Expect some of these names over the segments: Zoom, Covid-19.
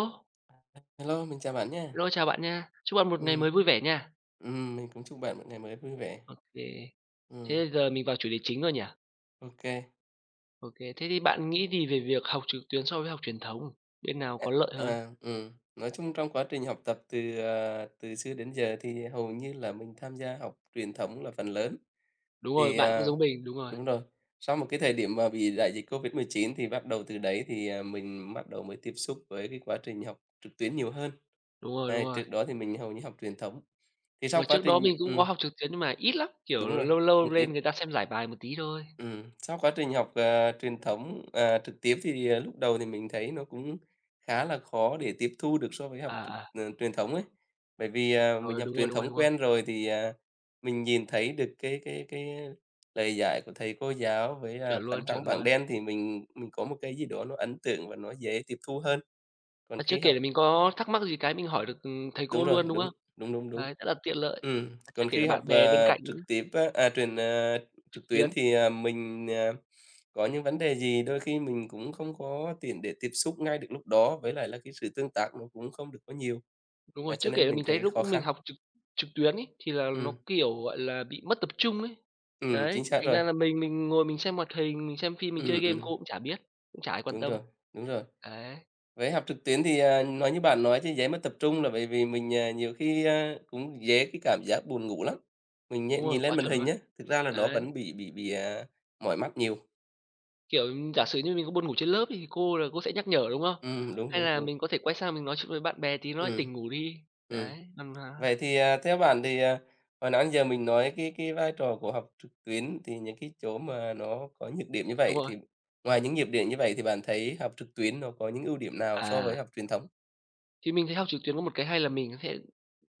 Ô, Hello, mình chào bạn nha. hello, chào bạn nha. Chúc bạn một ngày Ừm, mới vui vẻ nha. Mình cũng chúc bạn một ngày mới vui vẻ. OK, Ừm, thế giờ mình vào chủ đề chính rồi nhỉ? ô OK, thế thì bạn nghĩ gì về việc học trực tuyến so với học truyền thống? Bên nào có lợi hơn? Nói chung trong quá trình học tập từ xưa đến giờ thì hầu như là mình tham gia học truyền thống là phần lớn. Đúng rồi, Thì, bạn cũng à giống mình, đúng rồi, đúng rồi, sau một cái thời điểm mà bị đại dịch Covid-19 thì bắt đầu từ đấy mình bắt đầu mới tiếp xúc với cái quá trình học trực tuyến nhiều hơn. đúng rồi, đúng Ấy, rồi. trước đó thì mình hầu như học truyền thống. Thì Hồi sau quá trước đó trình mình cũng có học trực tuyến nhưng mà ít lắm, kiểu, đúng rồi, lâu lâu cũng lên ít. người ta xem giải bài một tí thôi. Sau quá trình học, ờ, truyền thống, à, trực tiếp lúc đầu thì mình thấy nó cũng khá là khó để tiếp thu được so với học À, à, truyền thống ấy. Bởi vì mình rồi, học đúng rồi, truyền đúng rồi, thống đúng rồi, quen rồi mình nhìn thấy được cái lời dạy của thầy cô giáo với chuẩn luôn, phấn chuẩn trắng bảng luôn. đen thì mình có một cái gì đó nó ấn tượng và nó dễ tiếp thu hơn. Còn Và chưa khi kể học là mình có thắc mắc gì cái mình hỏi được, thầy cô đúng rồi, luôn, đúng đúng, không? đúng, đúng. Đấy, rất là tiện lợi. Và chưa Còn kể là khi bạn học, bè bên ờ, cạnh nữa, trực tiếp á, à, truyền, ờ, trực trực tuyến. tuyến thì mình có những vấn đề gì đôi khi mình cũng không có tiện để tiếp xúc ngay được lúc đó, với lại là cái sự tương tác nó cũng không được có nhiều, Đúng rồi, trước cho kể nên là mình mình thấy thấy lúc khó mình khăn. học trực trực tuyến ấy, thì là nó, Ừm, kiểu, gọi là, bị mất tập trung ấy. Đấy, chính xác thành rồi. ra là mình ngồi mình xem hoạt hình, mình xem phim, mình chơi Ừm, game ừm, cô cũng chả biết, cũng chả ai quan đúng tâm. rồi, đúng rồi. Đấy, Với học trực tuyến thì nói như bạn nói thì dễ mất tập trung là bởi vì mình nhiều khi cũng dễ cái cảm giác buồn ngủ lắm. Mình đúng rồi, nhìn lên quá màn chuẩn hình luôn. nhé, thực ra là nó Đấy, vẫn bị mỏi mắt nhiều. kiểu, giả sử như mình có buồn ngủ trên lớp thì cô là cô sẽ nhắc nhở, đúng không? Đúng, Hay đúng, là đúng. mình có thể quay sang mình nói chuyện với bạn bè tí nó lại Ừm. tỉnh ngủ đi. Ừm. Đấy, còn, Vậy theo bạn, hồi nãy giờ mình nói cái vai trò của học trực tuyến thì những cái chỗ mà nó có nhược điểm như đúng vậy rồi. thì ngoài những nhược điểm như vậy thì bạn thấy học trực tuyến nó có những ưu điểm nào so với À, học truyền thống? thì mình thấy học trực tuyến có một cái hay là mình có thể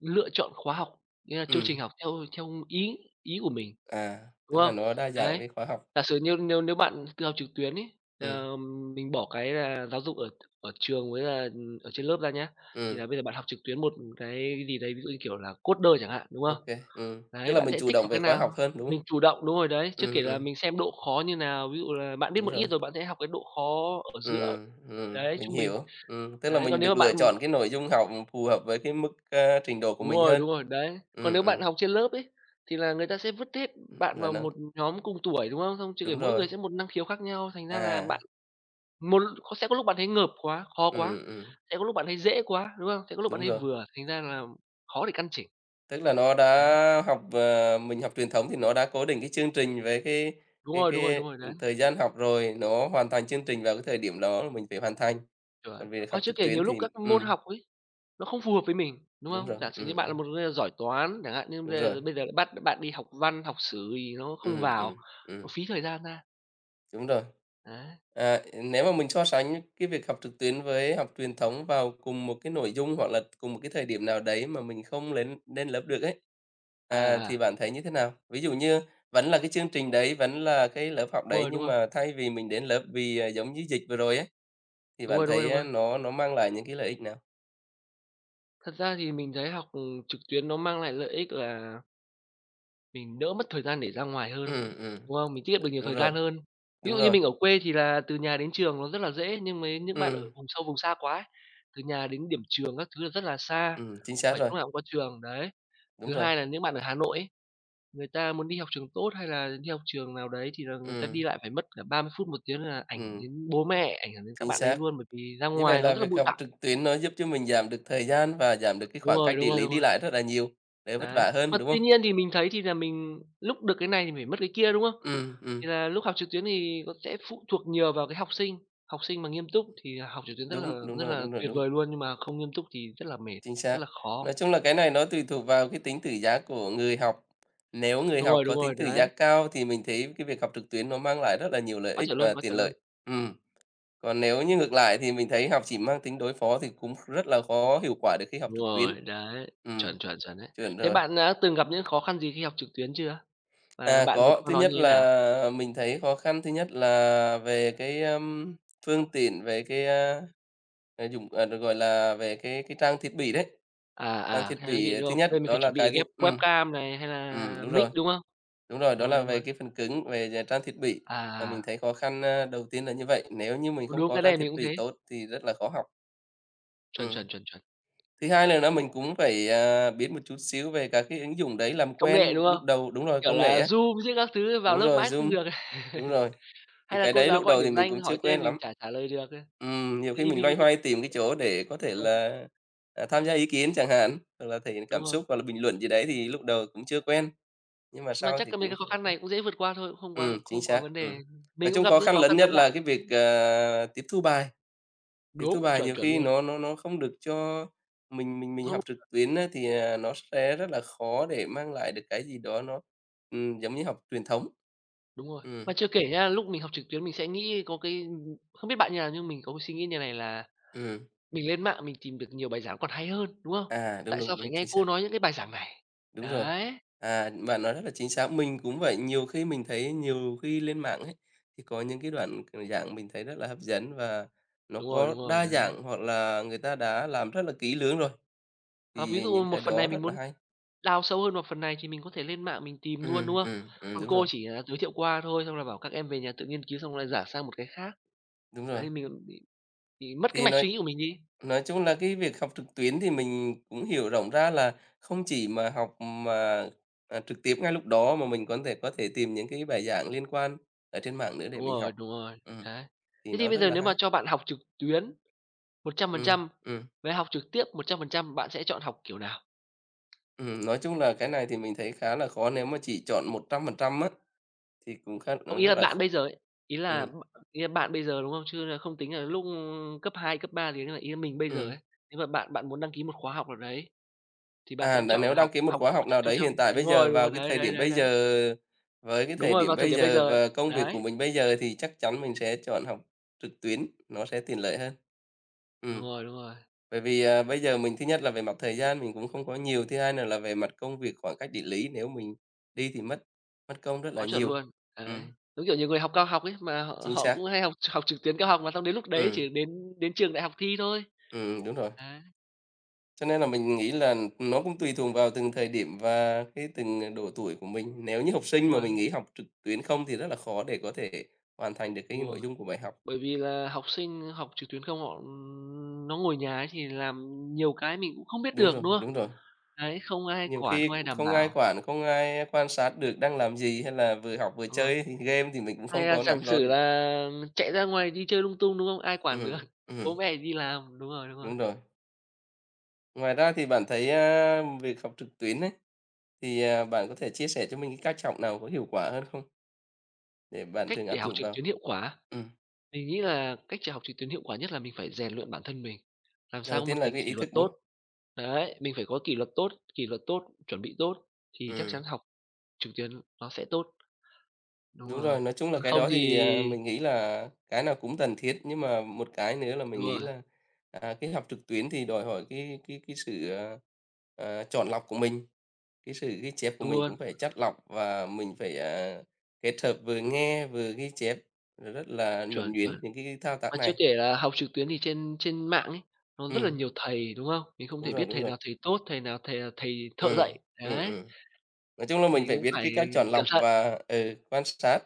lựa chọn khóa học, nghĩa là chương trình Ừm, học theo theo ý ý của mình. Đúng tức không? là nó đa dạng Đấy, về khóa học. giả sử như nếu nếu bạn tự học trực tuyến ấy, ừ ờ, mình bỏ cái là giáo dục ở ở trường với là, ừ, ở trên lớp ra nhá, thì ừ là bây giờ bạn học trực tuyến một cái gì đấy, ví dụ như kiểu là coder chẳng hạn, đúng không? ok kê, tức Đấy, là bạn mình sẽ chủ thích động học về cái khóa nào? học hơn, đúng Mình không? chủ động đúng rồi đấy, chưa kể Ừm, là ừm, mình xem độ khó như nào, ví dụ là bạn biết đúng một rồi. ít rồi bạn sẽ học cái độ khó ở giữa, đấy, Mình trung bình. hiểu. Tức là Đấy, còn mình nếu mà được bạn lựa chọn cái nội dung học phù hợp với cái mức trình độ của đúng mình rồi, hơn. đúng rồi, đấy. Còn Ừm, nếu bạn ừm, học trên lớp ấy, thì là người ta sẽ vứt hết bạn là vào nó một nhóm cùng tuổi, đúng không? Xong chưa kể đúng mỗi rồi. người sẽ một năng khiếu khác nhau, thành ra là bạn À, một có sẽ có lúc bạn thấy ngợp quá, khó quá, ừm, ừm, sẽ có lúc bạn thấy dễ quá, đúng không? Sẽ có lúc bạn đúng thấy rồi. vừa, thành ra là khó để căn chỉnh. Tức là nó Đấy, mình học truyền thống thì nó đã cố định cái chương trình về cái đúng cái rồi, đúng rồi, cái, đúng rồi, ừ, đấy, thời gian học rồi, nó hoàn thành chương trình vào cái thời điểm đó là mình phải hoàn thành. chuẩn. Còn việc Hoặc học chưa trực kể nhiều tuyến thì lúc các môn ừm, học ấy, nó không phù hợp với mình, đúng đúng không? rồi, Giả sử như bạn là một người giỏi toán chẳng hạn, nhưng bây đúng rồi. giờ bây giờ lại bắt bạn đi học văn, học sử thì nó không Ừm, vào, ừm, nó ừm. phí thời gian ra. Đúng rồi. Đấy, à, À, nếu mà mình so sánh cái việc học trực tuyến với học truyền thống vào cùng một cái nội dung hoặc là cùng một cái thời điểm nào đấy mà mình không lên lên lớp được ấy, à, thì à, bạn thấy như thế nào? Ví dụ như vẫn là cái chương trình đấy, vẫn là cái lớp học đúng đấy rồi, đúng nhưng rồi, mà thay vì mình đến lớp, giống như dịch vừa rồi ấy, thì đúng bạn rồi, đúng rồi, thấy đúng á rồi. nó mang lại những cái lợi ích nào? Thật ra thì mình thấy học, ừ, trực tuyến nó mang lại lợi ích là mình đỡ mất thời gian để ra ngoài hơn, Ừm, ừm, đúng không? Mình tiết được nhiều đúng thời rồi, gian hơn. Ví đúng dụ như rồi. mình ở quê thì là từ nhà đến trường nó rất là dễ, nhưng mấy những bạn ở Ừm, vùng sâu vùng xa quá ấy, từ nhà đến điểm trường các thứ là rất là xa, chính không xác phải rồi, lúc nào cũng có trường, đấy. đúng Thứ rồi. hai là những bạn ở Hà Nội ấy, người ta muốn đi học trường tốt hay là đi học trường nào đấy thì là người ta đi Ừm, lại phải mất cả 30 phút, một tiếng là ảnh hưởng ừm, đến bố mẹ, ảnh hưởng đến các chính bạn đấy xác. luôn, bởi vì ra Như vậy ngoài nó là rất là việc bụi học bặm. trực tuyến nó giúp cho mình giảm được thời gian và giảm được cái Đúng khoảng rồi, cách đúng địa rồi, lý đúng đi rồi. lại rất là nhiều, đỡ vất Đấy, vả mà hơn, đúng tuy không? nhiên thì mình thấy thì là mình lúc được cái này thì phải mất cái kia, đúng không? Ừ, Thì là lúc học trực tuyến thì nó sẽ phụ thuộc nhiều vào cái học sinh mà nghiêm túc thì học trực tuyến rất là đúng, đúng rất rồi, là đúng rồi, tuyệt đúng, vời luôn, nhưng mà không nghiêm túc thì rất là mệt, chính rất xác. là khó. Nói chung là cái này nó tùy thuộc vào cái tính tự giác của người học. Nếu người học Đúng có rồi, tính tự đấy, giác cao thì mình thấy cái việc học trực tuyến nó mang lại rất là nhiều lợi quá ích chuẩn luôn, và quá tiện chuẩn luôn. lợi. Ừ, còn nếu như ngược lại thì mình thấy học chỉ mang tính đối phó thì cũng rất là khó hiệu quả được khi học Đúng trực tuyến. rồi, đấy, Ừ, chuẩn, chuẩn, chuẩn đấy. chuẩn Thế rồi. bạn đã từng gặp những khó khăn gì khi học trực tuyến chưa? Và À, bạn vượt có. qua Thứ nó như nhất thế nào? là mình thấy khó khăn Thứ nhất là về cái phương tiện, về cái, a, à, dụng à, được gọi là, về cái trang thiết bị đấy. À, Trang à, thiết cái thiết bị bị, đúng thứ không? Bây nhất mình đó phải là chuẩn bị cái thứ ghép webcam này hay Ừm, là đúng mic, rồi, đúng không? đúng rồi, Đúng đó rồi, là đúng về rồi. cái phần cứng, về về trang thiết bị là mình À, thấy khó khăn, đầu tiên là như vậy. Nếu như mình không đúng, có cái trang này thiết mình cũng bị thế. tốt thì rất là khó học. Chuẩn, Ừm. chuẩn, chuẩn, chuẩn. Thứ hai là mình cũng phải biết một chút xíu về các cái ứng dụng đấy, làm Công nghệ, quen đúng lúc không? đầu đúng rồi, Kiểu công là nghệ á. Zoom chứ các thứ vào Đúng lớp rồi, mãi không Zoom, được. đúng rồi. Thì Hay là cái cô đấy giáo lúc gọi đầu điểm thì mình danh cũng hỏi chưa tên quen mình lắm. chả trả lời được. Nhiều Cứ khi im, mình im, loay im, im. hoay tìm cái chỗ để có Đúng thể rồi, tham gia ý kiến chẳng hạn, hoặc là thể hiện đúng cảm rồi. xúc hoặc là bình luận gì đấy thì lúc đầu cũng chưa quen, nhưng mà Mà sau chắc thì cái mấy cũng cái khó rất là khăn quen. này cũng dễ vượt qua thôi, cũng không quá Chính không quá xác, vấn ừm. đề. Nói Mình cũng chung gặp khó những khăn khó lớn khăn nhất giống là bạn. cái việc tiếp thu Đúng, bài chuẩn, nhiều chuẩn khi luôn. nó không được cho mình Không học trực tuyến á thì nó sẽ rất là khó để mang lại được cái gì đó nó giống như học truyền thống. đúng rồi. Ừm, Mà chưa kể nhá, lúc mình học trực tuyến mình sẽ nghĩ có cái không biết bạn như nào nhưng mình có cái suy nghĩ như này là ừm, mình lên mạng mình tìm được nhiều bài giảng còn hay hơn, đúng không? Đúng, Tại sao đúng, phải đúng, nghe chính cô xác. nói những cái bài giảng này? Đúng rồi. Đấy, À, bạn nói rất là chính xác. Mình cũng vậy, nhiều khi lên mạng ấy, thì có những cái đoạn c dạng mình thấy rất là hấp dẫn và nó có đúng rồi, đa đấy. dạng hoặc là người ta đã làm rất là kỹ lưỡng rồi, Ờ, ví thì dụ những một cái phần này đó mình rất là muốn hay. đào sâu hơn vào phần này thì mình có thể lên mạng mình tìm luôn, đúng không? Còn Đúng cô rồi, chỉ là giới thiệu qua thôi, xong là bảo các em về nhà tự nghiên cứu xong lại giả sang một cái khác. đúng rồi. Đấy, mình bị mất cái Thì mạch nói suy nghĩ của mình đi. nói chung là cái việc học trực tuyến thì mình cũng hiểu rộng ra là không chỉ học mà trực tiếp ngay lúc đó mà mình có thể tìm những cái bài giảng liên quan ở trên mạng nữa để mình học. Đúng rồi, Ừm, đấy. thì Thế thì nó bây rất giờ là nếu mà hay. cho bạn học trực tuyến Ừm, 100% ừm, với học trực tiếp 100%, bạn sẽ chọn học kiểu nào? Nói chung là cái này thì mình thấy khá là khó, nếu mà chỉ chọn 100% á, thì cũng khá Không, nó ý rất là là bạn khó. bây giờ ấy, ý là Ừm, b- ý là bạn bây giờ, đúng không? Chứ là không tính là lúc cấp 2, cấp 3 gì là ý là mình bây giờ ừm. ấy. Nếu mà bạn bạn muốn đăng ký một khóa học nào đấy thì bạn À, sẽ n chọn nếu là đăng học ký một học khóa học trực nào tiếp đấy trong hiện tại bây giờ, đúng vào rồi, cái đấy, thời đấy, điểm đấy, bây đấy. giờ, với cái Đúng thời rồi, điểm vào thời bây điểm bây giờ giờ ấy. và công việc của Đấy, mình bây giờ thì chắc chắn mình sẽ chọn học trực tuyến, nó sẽ tiện lợi hơn. Ừm. Đúng rồi, Bởi vì bây giờ mình thứ nhất là về mặt thời gian mình cũng không có nhiều, thứ hai nữa là về mặt công việc, khoảng cách địa lý, nếu mình đi thì mất mất công rất là quá chuẩn nhiều. luôn. Đấy, Ừm, giống kiểu nhiều người học cao học ấy, mà họ chính họ xác, cũng hay học học trực tuyến cao học mà xong đến lúc đấy ừm. chỉ đến đến trường đại học thi thôi. Đúng rồi. Đấy, Cho nên là mình nghĩ là nó cũng tùy thuộc vào từng thời điểm và cái từng độ tuổi của mình. Nếu như học đúng sinh mà rồi, mình nghĩ học trực tuyến không thì rất là khó để có thể hoàn thành được cái đúng nội rồi. dung của bài học. Bởi vì là học sinh học trực tuyến không họ nó ngồi nhà ấy thì làm nhiều cái mình cũng không biết Đúng được, rồi, đúng không? đúng rồi. Đấy, không ai Nhiều quản, không khi ai đảm không ai bảo. quản, không ai quan sát được đang làm gì hay là vừa học vừa Đúng rồi. chơi thì game thì mình cũng Hay không là có giả nắm rõ sử được. là chạy ra ngoài đi chơi lung tung, đúng không? Ai quản được, Ừm, bố ừm, mẹ đi làm. Đúng rồi, đúng rồi. đúng rồi. Ngoài ra thì bạn thấy việc học trực tuyến ấy, bạn có thể chia sẻ cho mình cái cách học nào có hiệu quả hơn không? Để bạn Cách thường để áp học dụng trực vào. tuyến hiệu quả, Ừm, mình nghĩ là cách để học trực tuyến hiệu quả nhất là mình phải rèn luyện bản thân mình, làm sao đầu có tiên một là tính cái kỷ ý luật thức, đúng tốt. không? Đấy, mình phải có kỷ luật tốt, chuẩn bị tốt thì chắc Ừ chắn học trực tuyến nó sẽ tốt. Đúng đúng rồi, rồi. Nói chung là còn cái không đó thì thì mình nghĩ là cái nào cũng cần thiết, nhưng mà một cái nữa là đúng mình nghĩ rồi, là cái học trực tuyến thì đòi hỏi cái sự, chọn lọc của mình, cái sự ghi chép của đúng mình luôn, cũng phải chắt lọc và mình phải kết hợp vừa nghe vừa ghi chép, rồi rất là chuẩn, nhuần nhuyễn chuẩn. những cái thao tác Mà chưa này. kể là học trực tuyến thì trên trên mạng ấy, nó rất là Ừ nhiều thầy, đúng không? Mình không đúng thể rồi, biết đúng thầy rồi. nào thầy tốt, thầy nào thầy thầy thợ Ừ dạy, ừ đấy. ừm. Nói chung là mình Thì phải cũng biết phải cái cách chọn cẩn lọc thận. và, ừ, quan sát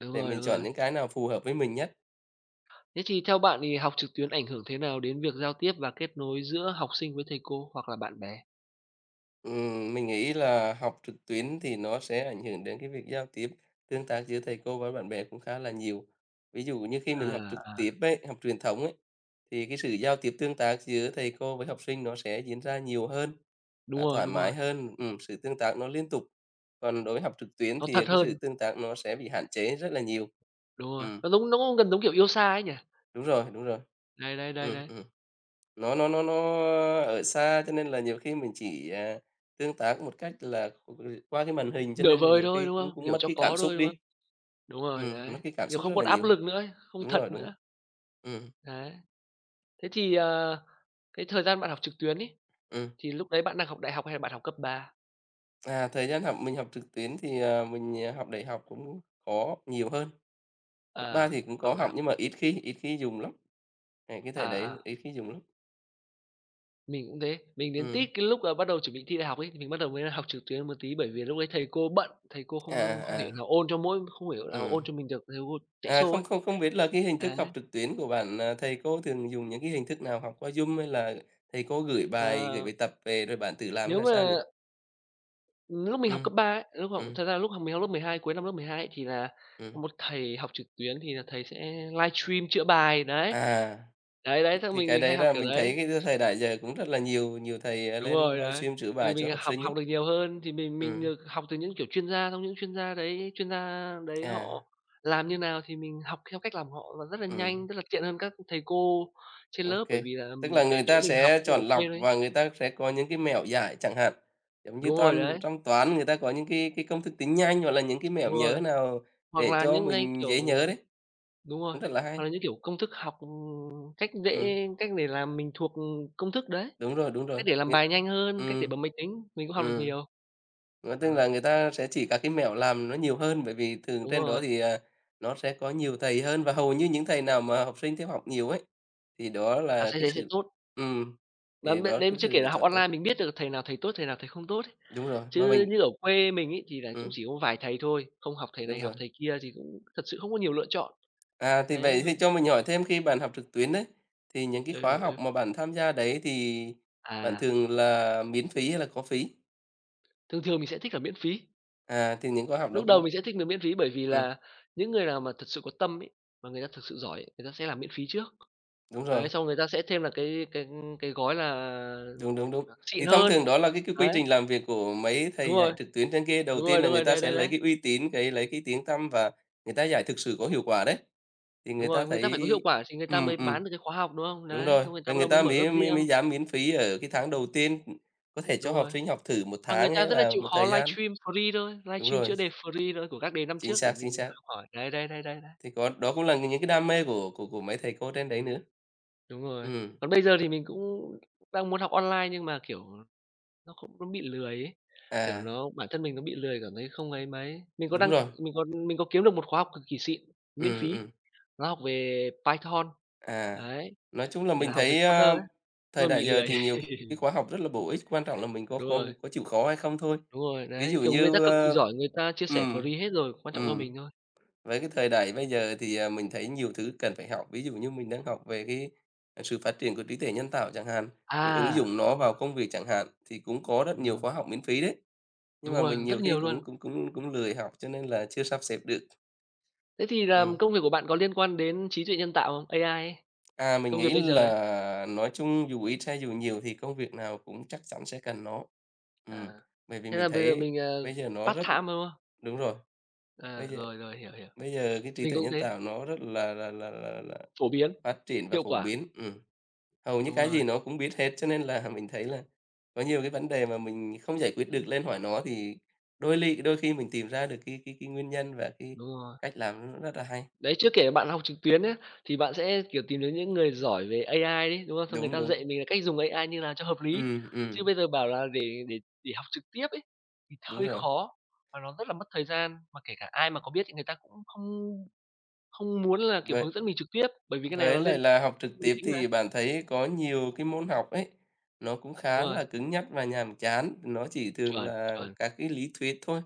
Đúng để rồi, mình đúng chọn rồi. những cái nào phù hợp với mình nhất. Thế thì theo bạn thì học trực tuyến ảnh hưởng thế nào đến việc giao tiếp và kết nối giữa học sinh với thầy cô hoặc là bạn bè? Mình nghĩ là học trực tuyến thì nó sẽ ảnh hưởng đến cái việc giao tiếp, tương tác giữa thầy cô với bạn bè cũng khá là nhiều. Ví dụ như khi mình học trực À, tiếp ấy, học truyền thống ấy, thì cái sự giao tiếp tương tác giữa thầy cô với học sinh nó sẽ diễn ra nhiều hơn và thoải đúng rồi, mái hơn, sự tương tác nó liên tục. Còn đối với học trực tuyến nó thật thì cái sự hơn, tương tác nó sẽ bị hạn chế rất là nhiều. đúng rồi, Ừm, nó giống nó cũng gần giống kiểu yêu xa ấy nhỉ? đúng rồi, đúng rồi. Đấy, đấy, đấy, Ừm, đấy, ừm. Nó ở xa cho nên là nhiều khi mình chỉ, tương tác một cách là qua cái màn hình, cho nửa nên là vời nhiều thôi, khi đúng cũng không? cũng Kiểu mất cho cái cảm có xúc thôi, đúng không? đi. Đúng rồi, đấy, Mất cái cảm kiểu xúc không rất còn là áp nhiều. lực nữa ấy, không Đúng thật rồi, đúng. nữa, Ừm, đấy. Thế thì, ờ, cái thời gian bạn học trực tuyến ấy, ừm. thì lúc đấy bạn đang học đại học hay là bạn học cấp ba À, thời gian học mình học trực tuyến thì, mình, học đại học cũng có nhiều hơn, cấp 3 à thì cũng học có đại học học. nhưng mà ít khi dùng lắm, cái thời À, à. đấy ít khi dùng lắm. Mình cũng thế, mình đến tít Ừm, cái lúc, à, bắt đầu chuẩn bị thi đại học ấy, thì mình bắt đầu mới học trực tuyến một tí bởi vì lúc ấy thầy cô bận, thầy cô à, không không à, thể à, nào ôn cho mỗi không hiểu nào ôn cho mình được, thầy cô chạy À, show không ấy. không không biết là cái hình thức Á, học trực tuyến của bạn, thầy cô thường dùng những cái hình thức nào? Học qua Zoom hay là thầy cô gửi ờ, bài tập về rồi bạn tự làm hay nếu là sao nhỉ? mà lúc mình ừ học cấp 3, ấy, lúc học ừ thật ra lúc học mình học lớp 12 cuối năm lớp 12 ấy, thì là có ừm. một thầy học trực tuyến thì là thầy sẽ livestream chữa bài, đấy. À, Đấy, đấy, thì xong thì mình cái mình hay đấy học là kiểu mình thấy đấy. cái thời đại giờ cũng rất là nhiều nhiều thầy, Đúng lên rồi, đấy. livestream chữa Thì bài mình cho học học sinh ấy. học được nhiều hơn, thì mình Ừ, được học từ những, kiểu, chuyên gia, xong những chuyên gia đấy họ à, làm như nào thì mình học theo cách làm họ, và rất là nhanh, ừ, rất là tiện hơn các thầy cô trên lớp, ok, bởi vì là tức là cái người chỗ ta mình học sẽ cũng ở chọn quê lọc đấy. và người ta sẽ có những cái mẹo giải chẳng hạn, giống như Đúng rồi toán đấy, trong toán người ta có những cái công thức tính nhanh hoặc là những cái mẹo đúng rồi. nhớ nào Hoặc để là cho những cái, mình kiểu, dễ nhớ đấy. đúng rồi, Cũng rất là hoặc hay. là những, kiểu, công thức học, cách Ừm, dễ cách để làm mình thuộc công thức đấy, đúng rồi, đúng rồi. cách để làm Người bài nhanh hơn, cách để ừm, bấm máy tính, mình cũng học được ừm, nhiều. Tức Đấy, là người ta sẽ chỉ các cái mẹo làm nó nhiều hơn, bởi vì thường đúng trên đó rồi, thì, nó sẽ có nhiều thầy hơn và hầu như những thầy nào mà học sinh theo học nhiều ấy, thì đó làm là sách cái giấy sẽ sự tốt. ừm, Là thì m đó là đấy cái chưa sự kể lựa là học chọn tốt. online mình biết được thầy nào thầy tốt, thầy nào thầy không tốt ấy. Đúng rồi, mà Chứ mình như ở quê mình ấy thì là cũng ừm, chỉ có vài thầy thôi, không học thầy đúng này học rồi. thầy kia thì cũng thật sự không có nhiều lựa chọn. À, Đấy, vậy thì mình cho mình hỏi thêm khi bạn học trực tuyến đấy, thì những cái khóa ừ, ừ. học mà bạn tham gia đấy thì bạn À, thường là miễn phí hay là có phí? thường thường mình sẽ thích là miễn phí. À, thì những khóa học đó Lúc đầu cũng mình sẽ thích là miễn phí bởi vì ừm, là những người nào mà thật sự có tâm ấy, mà người ta thực sự giỏi ấy, người ta sẽ làm miễn phí trước. đúng rồi. Đấy, xong người ta sẽ thêm là cái gói là, Đúng, ừm, đúng, đúng. xịn Thì thông hơn. thường đó là cái quy Đấy, trình làm việc của mấy đúng thầy rồi, dạy trực tuyến trên kia, đầu đúng rồi, tiên là đúng người rồi, ta đây sẽ đây lấy đấy. cái uy tín, lấy cái tiếng tăm và người ta dạy thực sự có hiệu quả đấy, thì Đúng người ta rồi, người ta phải có hiệu thấy quả thì người ta mới ừm, ừm, bán được cái khóa học, đúng không? đúng Đấy, rồi, xong người ta và bắt người đầu mới ta mở lớp mới mới riêng. mới dám miễn phí ở cái tháng đầu tiên, có thể Đúng cho học rồi, sinh học thử một và người tháng ta hay rất là là chịu một khó thời gian. livestream free thôi, Đúng livestream rồi, chữa đề free thôi của các đề năm chính trước để xác, chính mình xác. học hỏi. Đấy, Thì có đó cũng là những cái đam mê của mấy thầy cô trên đấy nữa. đúng rồi. Ừm, Còn bây giờ thì mình cũng đang muốn học online nhưng mà, kiểu, nó bị lười ấy, kiểu, à, nó bản thân mình nó bị lười cảm thấy không ấy mấy. Mình có đúng đăng rồi, mình có Mình có kiếm được một khóa học cực kỳ xịn, miễn phí, ừm. nó học về Python, À, đấy, nói chung là thì là mình học về thấy, coder ấy, thời nhưng mà đại bị giờ lười. thì nhiều cái khóa học rất là bổ ích, quan trọng là mình có Đúng có rồi, có chịu khó hay không thôi. đúng rồi, Ví đấy, dụ kiểu, người ta như, cực kỳ ơ giỏi, người ta chia sẻ ừm, free hết rồi, quan trọng do ừm, mình thôi. với cái thời đại bây giờ thì, mình thấy nhiều thứ cần phải học. Ví dụ như mình đang học về cái, sự phát triển của trí tuệ nhân tạo chẳng hạn, rồi ứng À, dụng nó đúng rồi, vào công việc chẳng hạn, thì cũng có rất nhiều ừm. khóa học miễn phí đấy. Nhưng Đúng mà mình rồi, rất nhiều khi nhiều luôn. cũng cũng cũng cũng lười học cho nên là chưa sắp xếp được. Thế thì làm Ừm. công việc của bạn có liên quan đến trí tuệ nhân tạo không? AI ấy, À, mình công việc nghĩ bây giờ ấy? là nói chung dù ít hay dù nhiều thì công việc nào cũng chắc chắn sẽ cần nó. Ừm, À, bởi vì thế mình là bây giờ thấy mình, bây giờ nó rất part-time, đúng không? đúng rồi, bây Ờ, giờ rồi, rồi, hiểu, hiểu. bây giờ cái trí Mình tuệ cũng nhân thế, tạo nó rất là phổ biến, phát triển và hiệu phổ quả. biến. Hầu như Đúng cái rồi, gì nó cũng biết hết, cho nên là mình thấy là có nhiều cái vấn đề mà mình không giải quyết được ừm, lên hỏi nó thì đôi khi mình tìm ra được cái nguyên nhân và cái đúng rồi. cách làm nó rất là hay. Đấy, chưa kể bạn học trực tuyến ấy thì bạn sẽ, kiểu, tìm đến những người giỏi về AI đấy, đúng không? Xong người Đúng, ta đúng. dạy mình là cách dùng AI như nào cho hợp lý. Ừm, Chứ ừm, bây giờ bảo là để học trực tiếp ấy, thì đúng hơi rồi. khó, và nó rất là mất thời gian, mà kể cả ai mà có biết thì người ta cũng không không muốn là, kiểu, Vậy hướng dẫn mình trực tiếp, bởi vì cái này với nó liên lại là học trực máy tiếp tính mà. thì bạn thấy có nhiều cái môn học ấy, nó cũng Đúng khá rồi, là cứng nhắc và nhàm chán, nó chỉ thường chuẩn, là chuẩn. các cái lý thuyết thôi,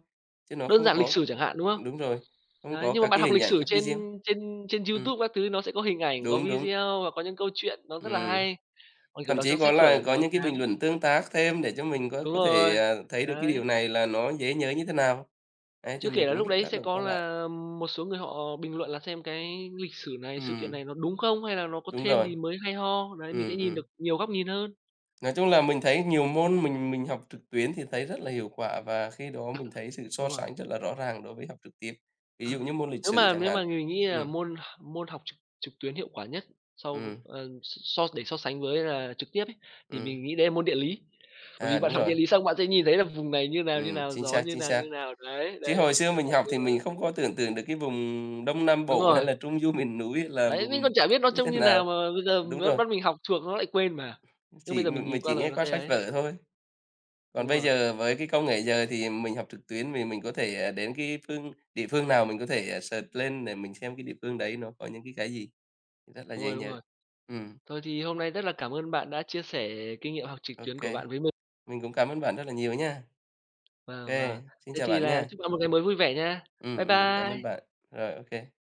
chứ nó Đơn không giản lịch có sử chẳng hạn, đúng không? đúng rồi, không Đấy, có nhưng mà các bạn cái học hình lịch ảnh, sử các trên video. trên trên Ừm, YouTube các thứ nó sẽ có hình ảnh, có đúng, đúng, video và có những câu chuyện nó rất là ừm. hay, còn, kiểu, Thậm đọc chí trong sách vở có nó những cái bình chán. luận tương tác thêm để cho mình Đúng có thể, rồi, thấy được cái đấy. điều này là nó dễ nhớ như thế nào. Đấy, Chưa thì kể mình là cũng lúc đấy tác sẽ động có qua lại. là một số người họ bình luận là xem cái lịch sử này, sự kiện Ừm, này nó đúng không hay là nó có đúng thêm rồi, gì mới hay ho. Đấy, mình sẽ nhìn ừm. được nhiều góc nhìn hơn. Nói chung là mình thấy nhiều môn mình học trực tuyến thì thấy rất là hiệu quả và khi đó mình thấy sự so Đúng rồi. sánh rất là rõ ràng đối với học trực tiếp. Ví dụ Ờ, như môn lịch nếu sử mà chẳng nếu hạn. mà mình nghĩ là Ừm, môn môn học trực trực tuyến hiệu quả nhất sau, ừm, ờ, so để so sánh với là trực tiếp ấy, thì ừm. mình nghĩ đấy là môn địa lý. Bởi vì À, bạn đúng học rồi. địa lý xong bạn sẽ nhìn thấy là vùng này như nào, Chính gió xác, như chính nào, xác. như nào. Đấy, Chứ đấy, hồi đấy, xưa kiểu, mình mọi học thứ thì nó mình không có tưởng tượng được cái vùng Đông Nam đúng Bộ hay rồi, là Trung Du miền núi là đấy, mình vùng còn chả biết nó như trông thế như nào. nào mà bây giờ Đúng nó rồi, bắt mình học thuộc nó lại quên mà. Nhưng bây chỉ giờ mình nhìn mình qua chỉ rồi nghe nó qua sẽ sách ấy. vở thôi. Đúng Còn bây rồi, giờ với cái công nghệ giờ thì mình học trực tuyến vì mình có thể, đến cái phương địa phương nào mình có thể, search lên để mình xem cái địa phương đấy nó có những cái gì, rất là đúng dễ rồi, đúng nhớ. rồi. Ừm, Thôi thì hôm nay rất là cảm ơn bạn đã chia sẻ kinh nghiệm học trực tuyến ok, của bạn với mình. mình cũng cảm ơn bạn rất là nhiều nha. Và Ok, và xin thế chào thì bạn là nha. chúc bạn một ngày mới vui vẻ nha. Bye Cảm bye. ơn bạn. Rồi, ok